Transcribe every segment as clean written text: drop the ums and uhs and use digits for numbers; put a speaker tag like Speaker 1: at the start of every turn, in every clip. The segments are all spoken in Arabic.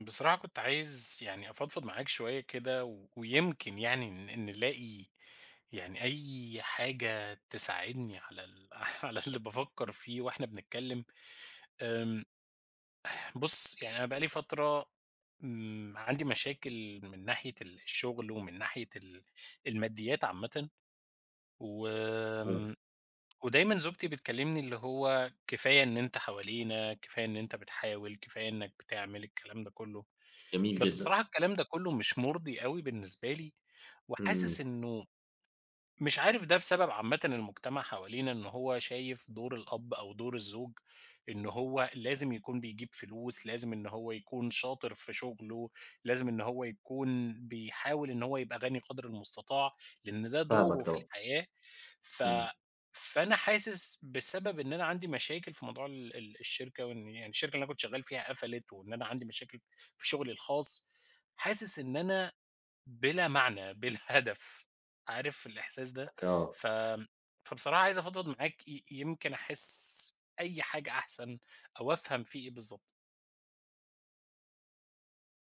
Speaker 1: بصراحة كنت عايز أفضفض معاك شوية كده ويمكن إن نلاقي أي حاجة تساعدني على على اللي بفكر فيه وإحنا بنتكلم. أم، بص، أنا بقالي فترة عندي مشاكل من ناحية الشغل ومن ناحية الماديات عامة. و...
Speaker 2: إمم.
Speaker 1: أم، ودايما زوجتي بتكلمني اللي هو كفاية إن أنت حوالينا، كفاية إن أنت بتحاول، كفاية إنك بتعمل الكلام ده كله.
Speaker 2: جميل
Speaker 1: بس
Speaker 2: جدًا.
Speaker 1: بصراحة الكلام ده كله مش مُرضي أوي بالنسبة لي، وحاسس
Speaker 2: إمم.
Speaker 1: إنه مش عارف ده بسبب عامةً المجتمع حوالينا، إن هو شايف دور الأب أو دور الزوج إن هو لازم يكون بيجيب فلوس، لازم إن هو يكون شاطر في شغله، لازم إن هو يكون بيحاول إن هو يبقى غني قدر المستطاع، لإن ده دوره
Speaker 2: فاهمك
Speaker 1: في
Speaker 2: طبعًا.
Speaker 1: الحياة. ف
Speaker 2: إمم.
Speaker 1: فأنا حاسس بسبب إن أنا عندي مشاكل في موضوع ال الشركة، وإن الشركة اللي أنا كنت شغال فيها قفلت، وإن أنا عندي مشاكل في شغلي الخاص. حاسس إن أنا بلا معنى، بلا هدف، عارف الإحساس ده؟
Speaker 2: آه.
Speaker 1: ف فبصراحة عايز أفضفض معاك، يمكن أحس أي حاجة أحسن أو أفهم في إيه بالضبط.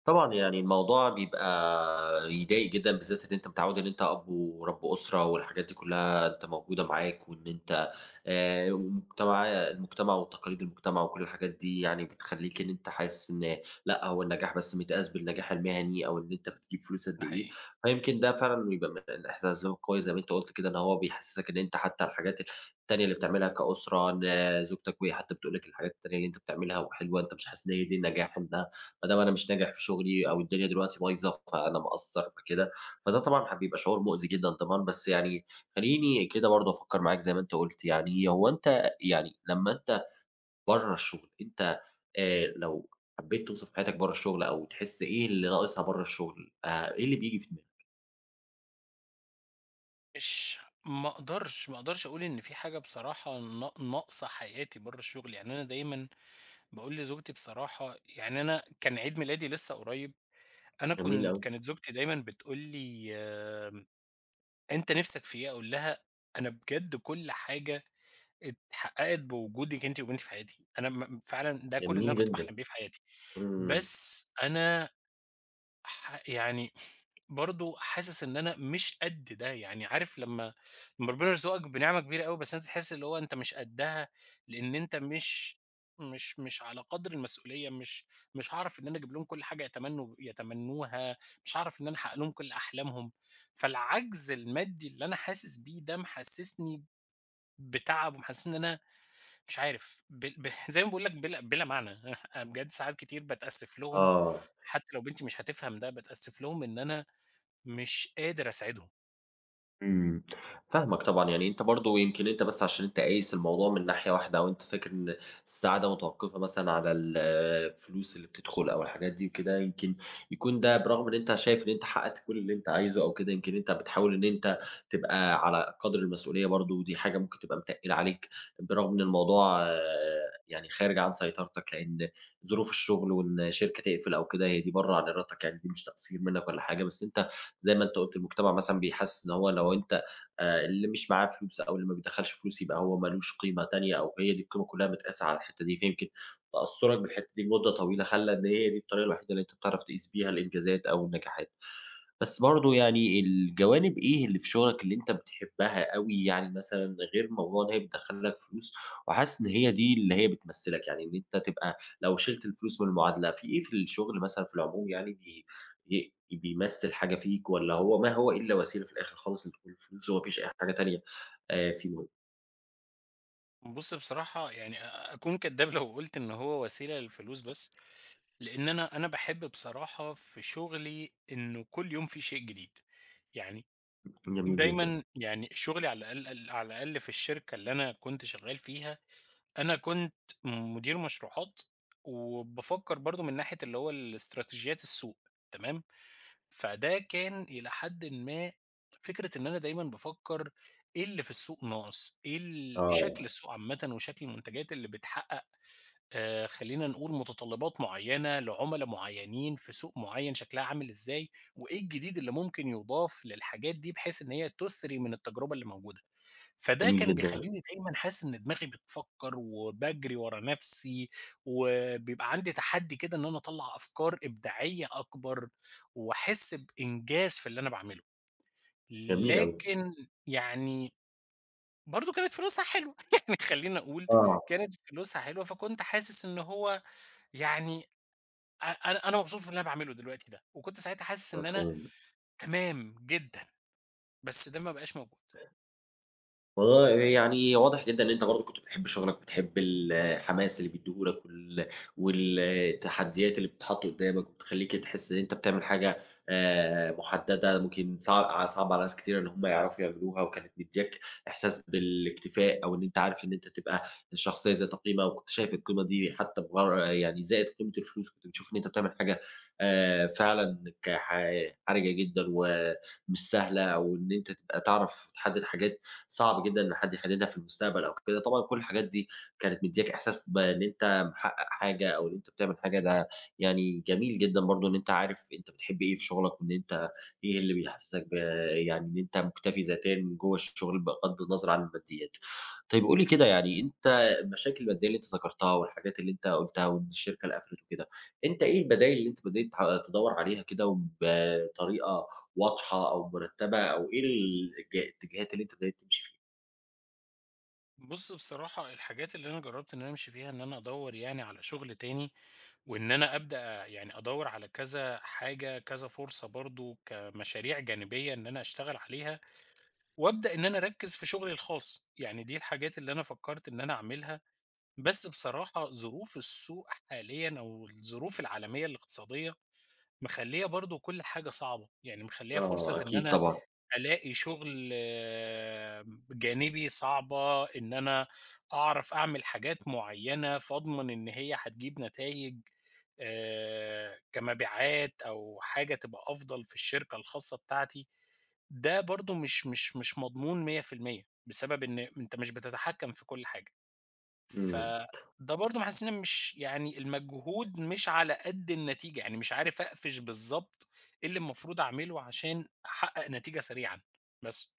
Speaker 2: طبعًا يعني الموضوع بيبقى يضايق جدًا، بالذات إن أنت متعوّد إن أنت أب ورب أسرة والحاجات دي كلّها أنت موجودة معاك، وإن أنت المجتمع وتقاليد المجتمع وكل الحاجات دي يعني بتخلّيك إن أنت حاسس إن لأ، هو النجاح بس متقاس بالنجاح المهني أو إن أنت بتجيب فلوس قد
Speaker 1: ده
Speaker 2: إيه،
Speaker 1: حقيقي.
Speaker 2: فيمكن ده فعلًا بيبقى من إحساس قوي زي ما أنت قُلت كده، إن هو بيحسّسك إن أنت حتى الحاجات التانية اللي بتعملها كأسرة، إن زوجتك وهي حتى بتقول لك الحاجات التانية اللي أنت بتعملها وحلوة، أنت مش حاسس إن هي دي النجاح، إن ما دام أنا مش ناجح في شغلي أو الدنيا دلوقتي بايظة، فأنا مقصّر فكده، فده طبعًا هبيبقى شعور مؤذي جدًا طبعًا، بس يعني خلّيني كده برضه أفكّر معاك زي ما أنت قُلت، يعني هو أنت يعني لمّا أنت برّه الشغل، أنت لو حبّيت توصف حياتك برّه الشغل أو تحس إيه اللي ناقصها برّه الشغل، إيه اللي بييجي في دماغك؟
Speaker 1: مش ما أقدرش أقول إن في حاجة بصراحة ناقصة حياتي برّه الشغل، يعني أنا دايمًا باقول لزوجتي. بصراحة أنا كان عيد ميلادي لسه قريب، أنا
Speaker 2: جميل
Speaker 1: كنت
Speaker 2: أوي.
Speaker 1: كانت زوجتي دايمًا بتقول لي أنت نِفْسك في إيه؟ أقول لها أنا بجد كل حاجة اتحققت بوجودِك أنتِ وبنتي في حياتي، أنا م فعلًا ده كل اللي أنا
Speaker 2: جميل
Speaker 1: كنت
Speaker 2: جدًا.
Speaker 1: باحلم بيه في حياتي.
Speaker 2: إمم.
Speaker 1: بس أنا ح يعني برضه حاسس إن أنا مش قد ده. يعني عارف لمّا ربنا يرزقك بنعمة كبيرة أوي بس أنت تحس اللي هو أنت مش قدّها، لإن أنت مش على قدر المسؤولية، مش هاعرف إن أنا أجيب لهم كل حاجة يتمنوها، مش هاعرف إن أنا أحقق لهم كل أحلامهم. فالعجز المادي اللي أنا حاسس بيه ده محسسني بتعب، ومحسسني إن أنا مش عارف بل ب زي ما باقول لك بلا معنى أنا بجد ساعات كتير باتأسف لهم،
Speaker 2: آه.
Speaker 1: حتى لو بنتي مش هتفهم ده، باتأسف لهم إن أنا مش قادر أساعدهم.
Speaker 2: إمم. فاهمك طبعًا، يعني أنت برضه يمكن أنت بس عشان أنت قايس الموضوع من ناحية واحدة، أو أنت فاكر إن السعادة متوقفة مثلًا على الفلوس اللي بتدخل أو الحاجات دي وكده، يمكن يكون ده برغم إن أنت شايف إن أنت حققت كل اللي أنت عايزه أو كده، يمكن أنت بتحاول إن أنت تبقى على قدر المسؤولية برضه، ودي حاجة ممكن تبقى متقِّلة عليك، برغم إن الموضوع آه، يعني خارج عن سيطرتك، لأن ظروف الشغل وإن شركة تقفل أو كده، هي دي برّه عن إرادتك يعني، دي مش تقصير منك ولا حاجة، بس أنت زي ما أنت قُلت المجتمع مثلًا بيحسّس إن هو لو أنت اللي مش معاه فلوس أو اللي ما بيدخّلش فلوس يبقى هو ما لوش قيمة تانية أو هي دي القيمة كلّها متقاسة على الحتّة دي، فيمكن تأثُّرك بالحتّة دي لمدة طويلة خلّى إن هي دي الطريقة الوحيدة اللي أنت بتعرف تقيس بيها الإنجازات أو النجاحات. بس برضه يعني الجوانب إيه اللي في شغلك اللي أنت بتحبها أوي، يعني مثلًا غير موضوع إن هي بتدخّل لك فلوس وحاسس إن هي دي اللي هي بتمثّلك، يعني إن أنت تبقى لو شِلت الفلوس من المعادلة، في إيه في الشغل مثلًا في العموم يعني بي ي بيمثّل حاجة فيك والّا هو ما هو إلا وسيلة في الآخر خالص لدخول الفلوس وما فيش أي حاجة تانية في مهم؟
Speaker 1: بُص، بصراحة أكون كدّاب لو قُلت إن هو وسيلة للفلوس بس، لإن أنا باحب بصراحة في شغلي إنه كل يوم في شيء جديد. يعني
Speaker 2: جميل جدًا.
Speaker 1: دايمًا يعني شغلي على الأقل في الشركة اللي أنا كنت شغال فيها أنا كنت مدير مشروعات، وبافكّر برضه من ناحية اللي هو الإستراتيجيات السوق، تمام؟ فده كان إلى حدٍ ما فكرة إن أنا دايمًا بافكّر إيه اللي في السوق ناقص، إيه شكل
Speaker 2: آه.
Speaker 1: السوق عامةً وشكل المنتجات اللي بتحقق، خلّينا نقول متطلبات معيّنة لعُملا معيّنين في سوق معيّن شكلها عامل إزاي، وإيه الجديد اللي ممكن يُضاف للحاجات دي بحيث إن هي تُثري من التجربة اللي موجودة. فده
Speaker 2: جميل
Speaker 1: كان
Speaker 2: جدًا.
Speaker 1: بيخلّيني دايمًا حاسس إن دماغي بتفكّر وباجري ورا نَفْسي، وبيبقى عندي تحدّي كده إن أنا أطلّع أفكار إبداعية أكبر، وأحس بإنجاز في اللي أنا باعمله.
Speaker 2: جميل أوي.
Speaker 1: لكن برضه كانت فلوسها حلوة خلّيني أقول
Speaker 2: آه.
Speaker 1: كانت فلوسها حلوة، فكنت حاسس إن هو يعني أ أنا أنا مبسوط في اللي أنا باعمله دلوقتي ده، وكنت ساعتها حاسس إن أنا
Speaker 2: مفهوم.
Speaker 1: تمام جدًا، بس ده ما بقاش موجود.
Speaker 2: والله يعني واضح جدًا إن أنت برضه كنت بتحب شغلك، بتحب الحماس اللي بيدّيه لك والتحديات اللي بتتحط قدّامك وبتخلّيك تحس إن أنت بتعمل حاجة محددة ممكن صعب على ناس كتيرة إن هم يعرفوا يعملوها، وكانت مدّياك إحساس بالاكتفاء أو إن أنت عارف إن أنت تبقى شخصية ذات قيمة، وكنت شايف القيمة دي حتى يعني زائد قيمة الفلوس، كنت بتشوف إن أنت بتعمل حاجة فعلًا حرجة جدًا ومش سهلة، أو إن أنت تبقى تعرف تحدد حاجات صعب جدًا إن حد يحددها في المستقبل أو كده، طبعًا كل الحاجات دي كانت مدياك إحساس بإن أنت محقق حاجة أو إن أنت بتعمل حاجة، ده يعني جميل جدًا برضه إن أنت عارف أنت بتحب إيه في شغلك وإن أنت إيه اللي بيحسسك يعني إن أنت مُكتفي ذاتيًا من جوّه الشغل بغض النظر عن الماديات. طيب قُل لي كده يعني أنت المشاكل المادية اللي أنت ذكرتها والحاجات اللي أنت قُلتها وإن الشركة اللي قفلت وكده، أنت إيه البدايل اللي أنت بدأت تدوّر عليها كده وبطريقة واضحة أو مرتبة أو إيه الاتجاهات اللي أنت بدأت تمشي
Speaker 1: بُص، بصراحة الحاجات اللي أنا جرّبت إن أنا أمشي فيها إن أنا أدوّر على شغل تاني، وإن أنا أبدأ أدوّر على كذا حاجة، كذا فرصة برضه كمشاريع جانبية إن أنا أشتغل عليها، وأبدأ إن أنا أركّز في شغلي الخاص. يعني دي الحاجات اللي أنا فكّرت إن أنا أعملها. بس بصراحة ظروف السوق حاليًا أو الظروف العالمية الاقتصادية مخلّية برضه كل حاجة صعبة. يعني مخلّية
Speaker 2: فيها؟
Speaker 1: فرصة
Speaker 2: آه
Speaker 1: إن
Speaker 2: أكيد
Speaker 1: أنا
Speaker 2: طبعًا.
Speaker 1: ألاقي شغل آه، جانبي صعبة إن أنا أعرف أعمل حاجات معيّنة، فاضمن إن هي هتجيب نتايج كمبيعات أو حاجة تبقى أفضل في الشركة الخاصة بتاعتي. ده برضه مش مضمون 100% بسبب إن أنت مش بتتحكم في كل حاجة.
Speaker 2: إمم.
Speaker 1: فده برضه محسسني إن أنا مش يعني المجهود مش على قد النتيجة، يعني مش عارف أقفش بالضبط إيه اللي المفروض أعمله عشان أحقق نتيجة سريعًا، بس.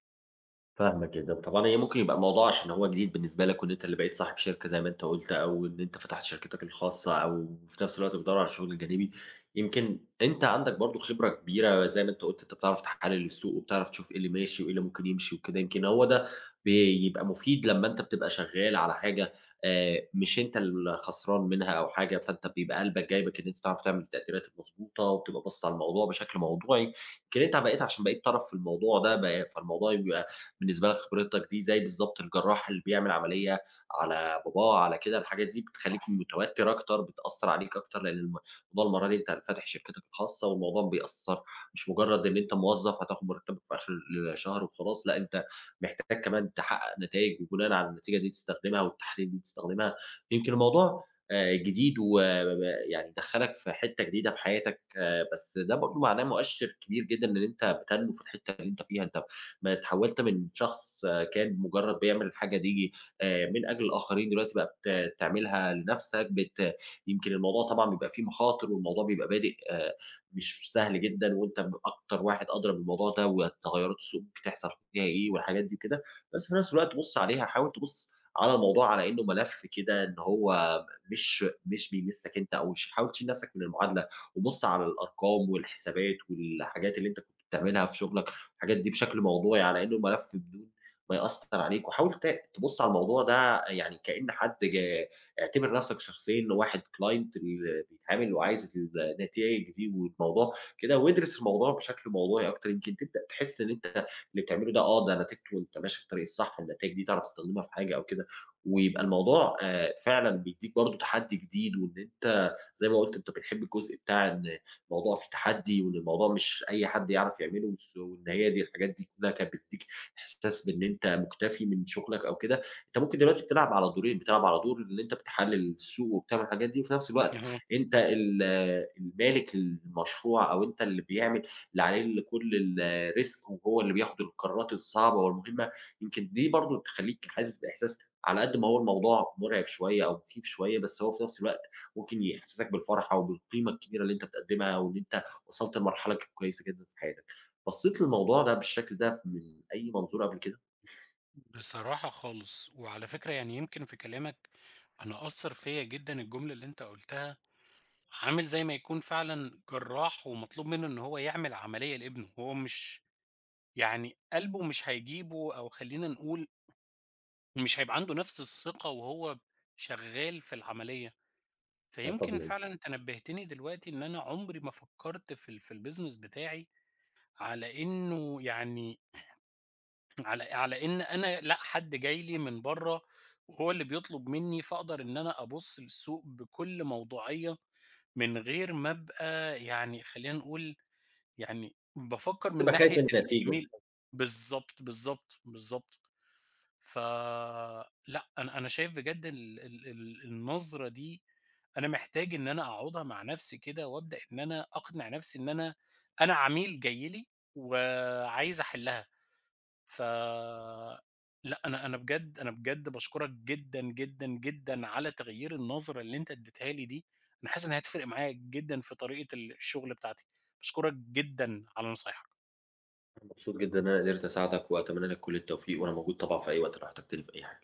Speaker 2: فاهمك جدًا، طبعًا هي ممكن يبقى الموضوع عشان هو جديد بالنسبة لك وإن أنت اللي بقيت صاحب شركة زي ما أنت قُلت، أو إن أنت فتحت شركتك الخاصة، أو في نفس الوقت بتدوّر على الشغل الجانبي، يمكن أنت عندك برضه خبرة كبيرة زي ما أنت قُلت، أنت بتعرف تحلل السوق وبتعرف تشوف إيه اللي ماشي وإيه اللي ممكن يمشي وكده، يمكن هو ده بيبقى مفيد لمّا أنت بتبقى شغال على حاجة مش أنت الخسران منها أو حاجة، فأنت بيبقى قلبك جايبك إن أنت تعرف تعمل التقديرات المضبوطة، وبتبقى باصص على الموضوع بشكل موضوعي، يمكن أنت بقيت عشان بقيت طرف في الموضوع ده بقى فالموضوع بيبقى بالنسبة لك خبرتك دي زي بالضبط الجراح اللي بيعمل عملية على باباه، على كده، الحاجات دي بتخلّيك متوتر أكتر، بتأثّر عليك أكتر، لإن موضوع المرة دي أنت فاتح شركتك الخاصة والموضوع بيأثّر مش مجرد إن أنت موظف هتاخد مرتبك في آخر الشهر وخلاص، لأ أنت محتاج كمان تحقق نتايج، وبناءً على النتيجة دي تستخدمها والتحاليل دي تستخدمها. يمكن الموضوع جديد يعني دخّلك في حتّة جديدة في حياتك، آه، بس ده برضه معناه مؤشر كبير جدًا إن أنت بتنمو في الحتّة اللي أنت فيها، أنت ما اتحولت من شخص آه، كان مجرد بيعمل الحاجة دي من أجل الآخرين، دلوقتي بقى تعملها لنفسك، يمكن الموضوع طبعًا بيبقى فيه مخاطر، والموضوع بيبقى بادئ مش سهل جدًا، وأنت أكتر واحد أدرى بالموضوع ده، وتغيرات السوق ممكن تحصل فيها إيه والحاجات دي وكده، بس في نفس الوقت بُص عليها، حاول تبُص على الموضوع على إنه ملف كده، إن هو مش بيمسّك أنت، أو حاول تشيل نفسك من المعادلة، وبُص على الأرقام والحسابات والحاجات اللي أنت كنت بتعملها في شغلك، الحاجات دي بشكل موضوعي على إنه ملف بدون ما يأثّر عليك، وحاول تبُص على الموضوع ده يعني كإن حد جا اعتبر نَفْسك شخصيًا إنه واحد client بيتعامل وعايز النتايج دي والموضوع كده، وادرس الموضوع بشكل موضوعي أكتر، يمكن تبدأ تحس إن أنت اللي بتعمله ده آه، ده نتيجته أنت ماشي في الطريق الصح، النتايج دي تعرف تستخدمها في حاجة أو كده، ويبقى الموضوع فعلًا بيدّيك برضه تحدّي جديد، وإن أنت زي ما قُلت أنت بتحب الجزء بتاع إن الموضوع فيه تحدي، وإن الموضوع مش أي حد يعرف يعمله، وإن هي دي الحاجات دي كلّها كانت بتدّيك إحساس بإن أنت مُكتفي من شغلك أو كده، أنت ممكن دلوقتي بتلعب على دورين، بتلعب على دور إن أنت بتحلّل السوق وبتعمل الحاجات دي، وفي نفس الوقت
Speaker 1: اهم.
Speaker 2: أنت المالك المشروع أو أنت اللي بيعمل اللي عليه كل الrisk وهو اللي بياخد القرارات الصعبة والمهمة، يمكن دي برضه تخلّيك حاسس بإحساس على قد ما هو الموضوع مُرعب شوية أو مخيف شوية، بس هو في نفس الوقت ممكن يحسسك بالفرحة وبالقيمة الكبيرة اللي أنت بتقدمها، وإن أنت وصلت لمرحلة كويسة جدًا في حياتك. بصّيت للموضوع ده بالشكل ده من أي منظور قبل كده؟
Speaker 1: بصراحة خالص، وعلى فكرة يمكن في كلامك أنا أثّر فيّا جدًا الجملة اللي أنت قُلتها، عامل زي ما يكون فعلًا جراح ومطلوب منه إن هو يعمل عملية لابنه، هو مش قلبه مش هيجيبه، أو خلّينا نقول مش هيبقى عنده نفس الثقة وهو شغال في العملية.
Speaker 2: ده
Speaker 1: فيمكن
Speaker 2: طبيعي.
Speaker 1: فعلًا أنت نبهتني دلوقتي إن أنا عمري ما فكّرت في ال في الbusiness بتاعي على إنه على إن لأ، حد جاي لي من برّه وهو اللي بيطلب منّي، فاقدر إن أنا أبُص للسوق بكل موضوعية من غير ما أبقى يعني خلّينا نقول يعني بافكّر من
Speaker 2: بتبقى خايف
Speaker 1: ناحية
Speaker 2: من النتيجة.
Speaker 1: الجميل أوي. بالضبط، بالضبط، بالضبط. فلأ، أنا شايف بجد ال ال ال النظرة دي أنا محتاج إن أنا أقعدها مع نفسي كده وأبدأ إن أنا أقنع نفسي إن أنا عميل جاي لي وعايز أحلّها. ف لأ، أنا بجد باشكرك جدًا، جدًا، جدًا على تغيير النظرة اللي أنت ادّيتها لي دي. أنا حاسس إنها هتفرق معايا جدًا في طريقة الشغل بتاعتي. باشكرك جدًا على نصايحك.
Speaker 2: أنا مبسوط جدًا إن أنا قدرت أساعدك، وأتمنى لك كل التوفيق، وأنا موجود طبعًا في أي وقت لو احتجتني في أي حاجة.